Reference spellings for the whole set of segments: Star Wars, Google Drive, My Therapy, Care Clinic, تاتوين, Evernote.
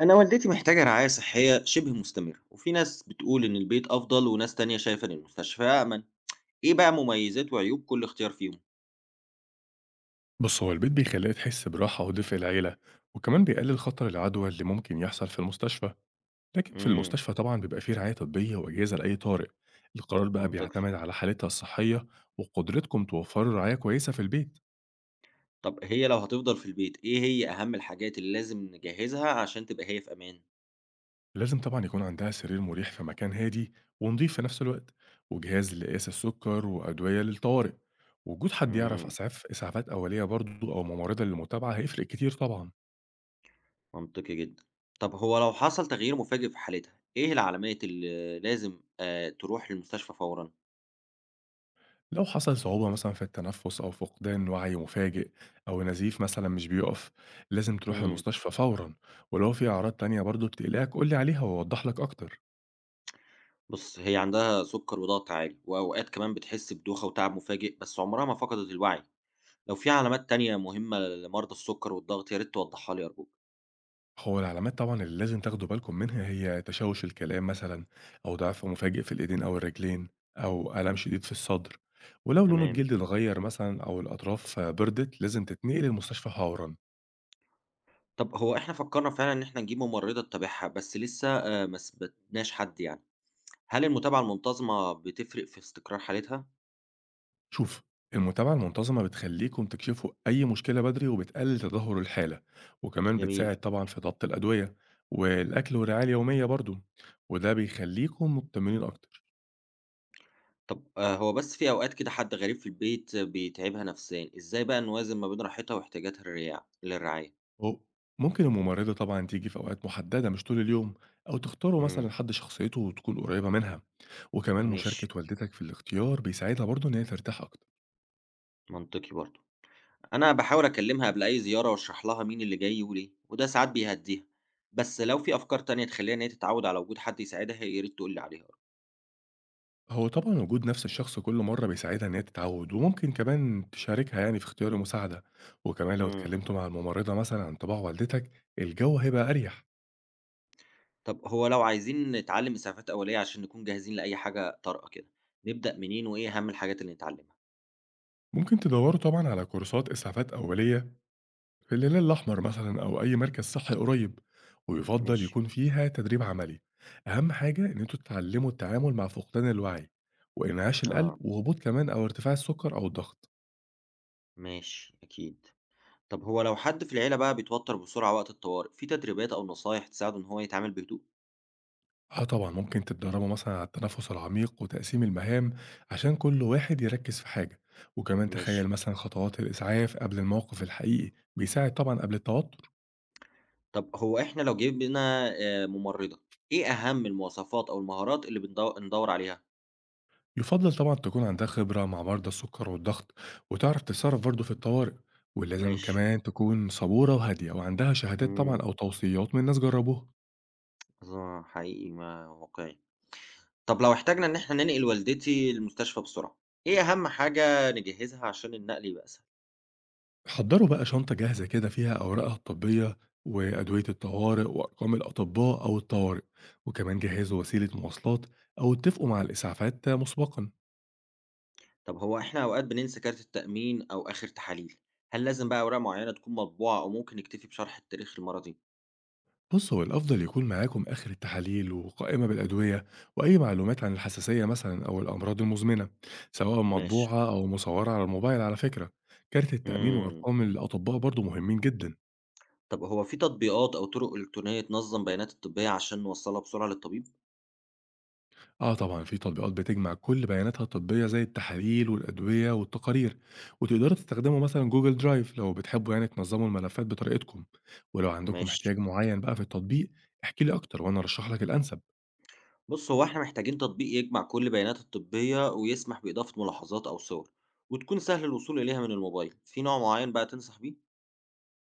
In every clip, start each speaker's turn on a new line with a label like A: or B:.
A: أنا والدتي محتاجة رعاية صحية شبه مستمرة، وفي ناس بتقول إن البيت أفضل وناس تانية شايفة إن المستشفى أأمن، إيه بقى مميزات وعيوب كل اختيار فيهم؟
B: بُص، هو البيت بيخلّيها تحس براحة ودفء العيلة، وكمان بيقلل خطر العدوى اللي ممكن يحصل في المستشفى، لكن في
A: امم
B: المستشفى طبعًا بيبقى في رعاية طبية وأجهزة لأي طارئ، القرار بقى
A: منطقي.
B: بيعتمد على حالتها الصحية وقدرتكم توفروا رعاية كويسة في البيت،
A: طب هي لو هتفضل في البيت إيه هي أهم الحاجات اللي لازم نجهزها عشان تبقى هي في أمان؟
B: لازم طبعًا يكون عندها سرير مريح في مكان هادي ونضيف في نفس الوقت، وجهاز لقياس السكر وأدوية للطوارئ، وجود حد يعرف
A: امم
B: إسعافات أولية برضه أو ممرضة للمتابعة هيفرق كتير طبعًا.
A: منطقي جدا. طب هو لو حصل تغيير مفاجئ في حالتها، إيه العلامات اللي لازم تروح للمستشفى فورا؟
B: لو حصل صعوبة مثلا في التنفس أو فقدان وعي مفاجئ أو نزيف مثلا مش بيقف لازم تروح
A: امم.
B: المستشفى فورا، ولو في أعراض تانية برضو بتقلقك قولي عليها وأوضح لك أكتر.
A: بص هي عندها سكر وضغط عالي، وأوقات كمان بتحس بدوخة وتعب مفاجئ بس عمرها ما فقدت الوعي. لو في علامات تانية مهمة لمرضى السكر والضغط يا ريت توضحها لي أرجوك.
B: هو العلامات طبعا اللي لازم تاخدوا بالكم منها هي تشوش الكلام مثلا أو ضعف مفاجئ في الإيدين أو الرجلين أو ألم شديد في الصدر، ولو لون
A: تمام.
B: الجلد اتغير مثلا أو الأطراف بردت لازم تتنقل المستشفى فورا.
A: طب هو إحنا فكرنا فعلا إن إحنا نجيب ممرضة تتابعها بس لسه ما ثبتناش حد يعني. هل المتابعة المنتظمة بتفرق في استقرار حالتها؟
B: شوف، المتابعة المنتظمة بتخليكم تكشفوا أي مشكلة بدري وبتقلل تدهور الحالة، وكمان
A: جميل.
B: بتساعد طبعا في ضبط الأدوية والأكل والرعاية اليومية برضو، وده بيخليكم مطمنين أكتر.
A: طب هو بس في أوقات كده حد غريب في البيت بيتعبها نفسيا، إزاي بقى نوازن ما بين راحتها واحتياجاتها للرعاية؟
B: و- ممكن الممرضة طبعا تيجي في أوقات محددة مش طول اليوم، أو تختاروا مثلا
A: مم.
B: حد شخصيته وتكون قريبة منها، وكمان مشاركة
A: ماشي،
B: والدتك في الاختيار بيساعدها برضو إن هي ترتاح أكتر.
A: منطقي برضه. أنا باحاول أكلمها قبل أي زيارة وأشرح لها مين اللي جاي وليه، وده ساعات بيهدّيها، بس لو في أفكار تانية تخلّيها إن هي تتعود على وجود حد يساعدها يا ريت تقول لي عليها برضه.
B: هو طبعًا وجود نفس الشخص كل مرّة بيساعدها إن هي تتعوّد، وممكن كمان تشاركها يعني في اختيار المساعدة، وكمان لو
A: إمم.
B: اتكلمتوا مع الممرضة مثلًا عن طباع والدتك، الجو هيبقى أريح.
A: طب هو لو عايزين نتعلم إسعافات أولية عشان نكون جاهزين لأي حاجة طارئة كده، نبدأ منين وإيه أهم الحاجات اللي نتعلمها؟
B: ممكن تدوّروا طبعًا على كورسات إسعافات أولية في الهلال الأحمر مثلًا أو أي مركز صحّي قريب، ويُفضّل
A: ماشي.
B: يكون فيها تدريب عملي. أهم حاجة إن أنتم تتعلموا التعامل مع فقدان الوعي، وإنعاش القلب،
A: آه،
B: وهبوط كمان أو ارتفاع السُكّر أو الضغط.
A: ماشي، أكيد. طب هو لو حد في العيلة بقى بيتوتر بسرعة وقت الطوارئ، في تدريبات أو نصايح تساعده إن هو يتعامل بهدوء؟
B: آه طبعًا، ممكن تتدرّبوا مثلًا على التنفُّس العميق وتقسيم المهام عشان كل واحد يركّز في حاجة، وكمان
A: ماشي.
B: تخيّل مثلًا خطوات الإسعاف قبل الموقف الحقيقي، بيساعد طبعًا قبل التوتُّر.
A: طب هو إحنا لو جبنا ممرّضة، إيه أهم المواصفات أو المهارات اللي ندوّر عليها؟
B: يُفضّل طبعًا تكون عندها خبرة مع مرضى السُّكَّر والضغط وتعرف تتصرّف برضه في الطوارئ، ولازم
A: ماشي.
B: كمان تكون صبورة وهادية وعندها شهادات طبعًا
A: إمم،
B: أو توصيات من ناس جرّبوها.
A: آه، حقيقي ما واقعي. طب لو احتاجنا إن إحنا ننقل والدتي المستشفى بسرعة، إيه أهم حاجة نجهّزها عشان النقل يبقى أسهل؟
B: حضّروا بقى شنطة جاهزة كده فيها أوراقها الطبية وأدوية الطوارئ وأرقام الأطباء أو الطوارئ، وكمان جهّزوا وسيلة مواصلات أو اتفقوا مع الإسعافات مسبقًا.
A: طب هو إحنا أوقات بننسى كارت التأمين أو آخر تحاليل، هل لازم بقى أوراق معيّنة تكون مطبوعة أو ممكن نكتفي بشرح التاريخ المرضي؟
B: بُص، هو الأفضل يكون معاكم آخر التحاليل وقائمة بالأدوية وأي معلومات عن الحساسية مثلًا أو الأمراض المزمنة، سواء
A: ماشي.
B: مطبوعة أو مصورة على الموبايل على فكرة. كارت التأمين
A: إمم.
B: وأرقام الأطباء برضه مهمين جدًا.
A: طب هو في تطبيقات أو طُرق إلكترونية تنظّم بيانات الطبية عشان نوصّلها بسرعة للطبيب؟
B: آه طبعًا في تطبيقات بتجمع كل بياناتها الطبية زي التحاليل والأدوية والتقارير، وتقدروا تستخدموا مثلًا جوجل درايف لو بتحبوا يعني تنظموا الملفات بطريقتكم، ولو عندكم
A: ماشي.
B: احتياج معين بقى في التطبيق احكِ لي أكتر وأنا أرشح لك الأنسب.
A: بص هو احنا محتاجين تطبيق يجمع كل بيانات الطبية ويسمح بإضافة ملاحظات أو صور وتكون سهل الوصول إليها من الموبايل في نوع معين بقى تنصح بيه؟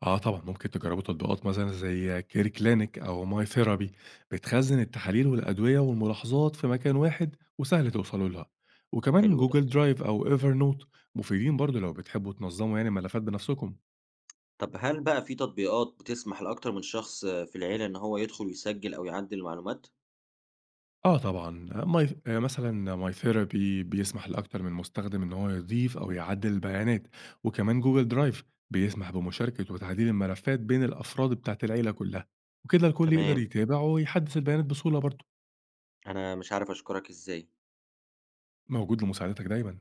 B: آه طبعًا ممكن تجربوا تطبيقات مثلًا زي كير كلينيك أو ماي ثيرابي، بتخزن التحاليل والأدوية والملاحظات في مكان واحد وسهل توصلوا لها، وكمان
A: حلو ده.
B: جوجل درايف أو ايفر نوت مفيدين برضه لو بتحبوا تنظموا يعني ملفات بنفسكم.
A: طب هل بقى في تطبيقات بتسمح لأكتر من شخص في العيلة إن هو يدخل ويسجل أو يعدل المعلومات؟
B: آه طبعًا، ماي ث مثلًا My Therapy بيسمح لأكتر من مستخدم إن هو يضيف أو يعدّل البيانات، وكمان Google Drive بيسمح بمشاركة وتعديل الملفات بين الأفراد بتاعة العيلة كلّها، وكده الكل يقدر
A: تمام.
B: يتابع ويحدّث البيانات بسهولة برضه،
A: أنا مش عارف أشكرك إزاي.
B: موجود لمساعدتك دايمًا.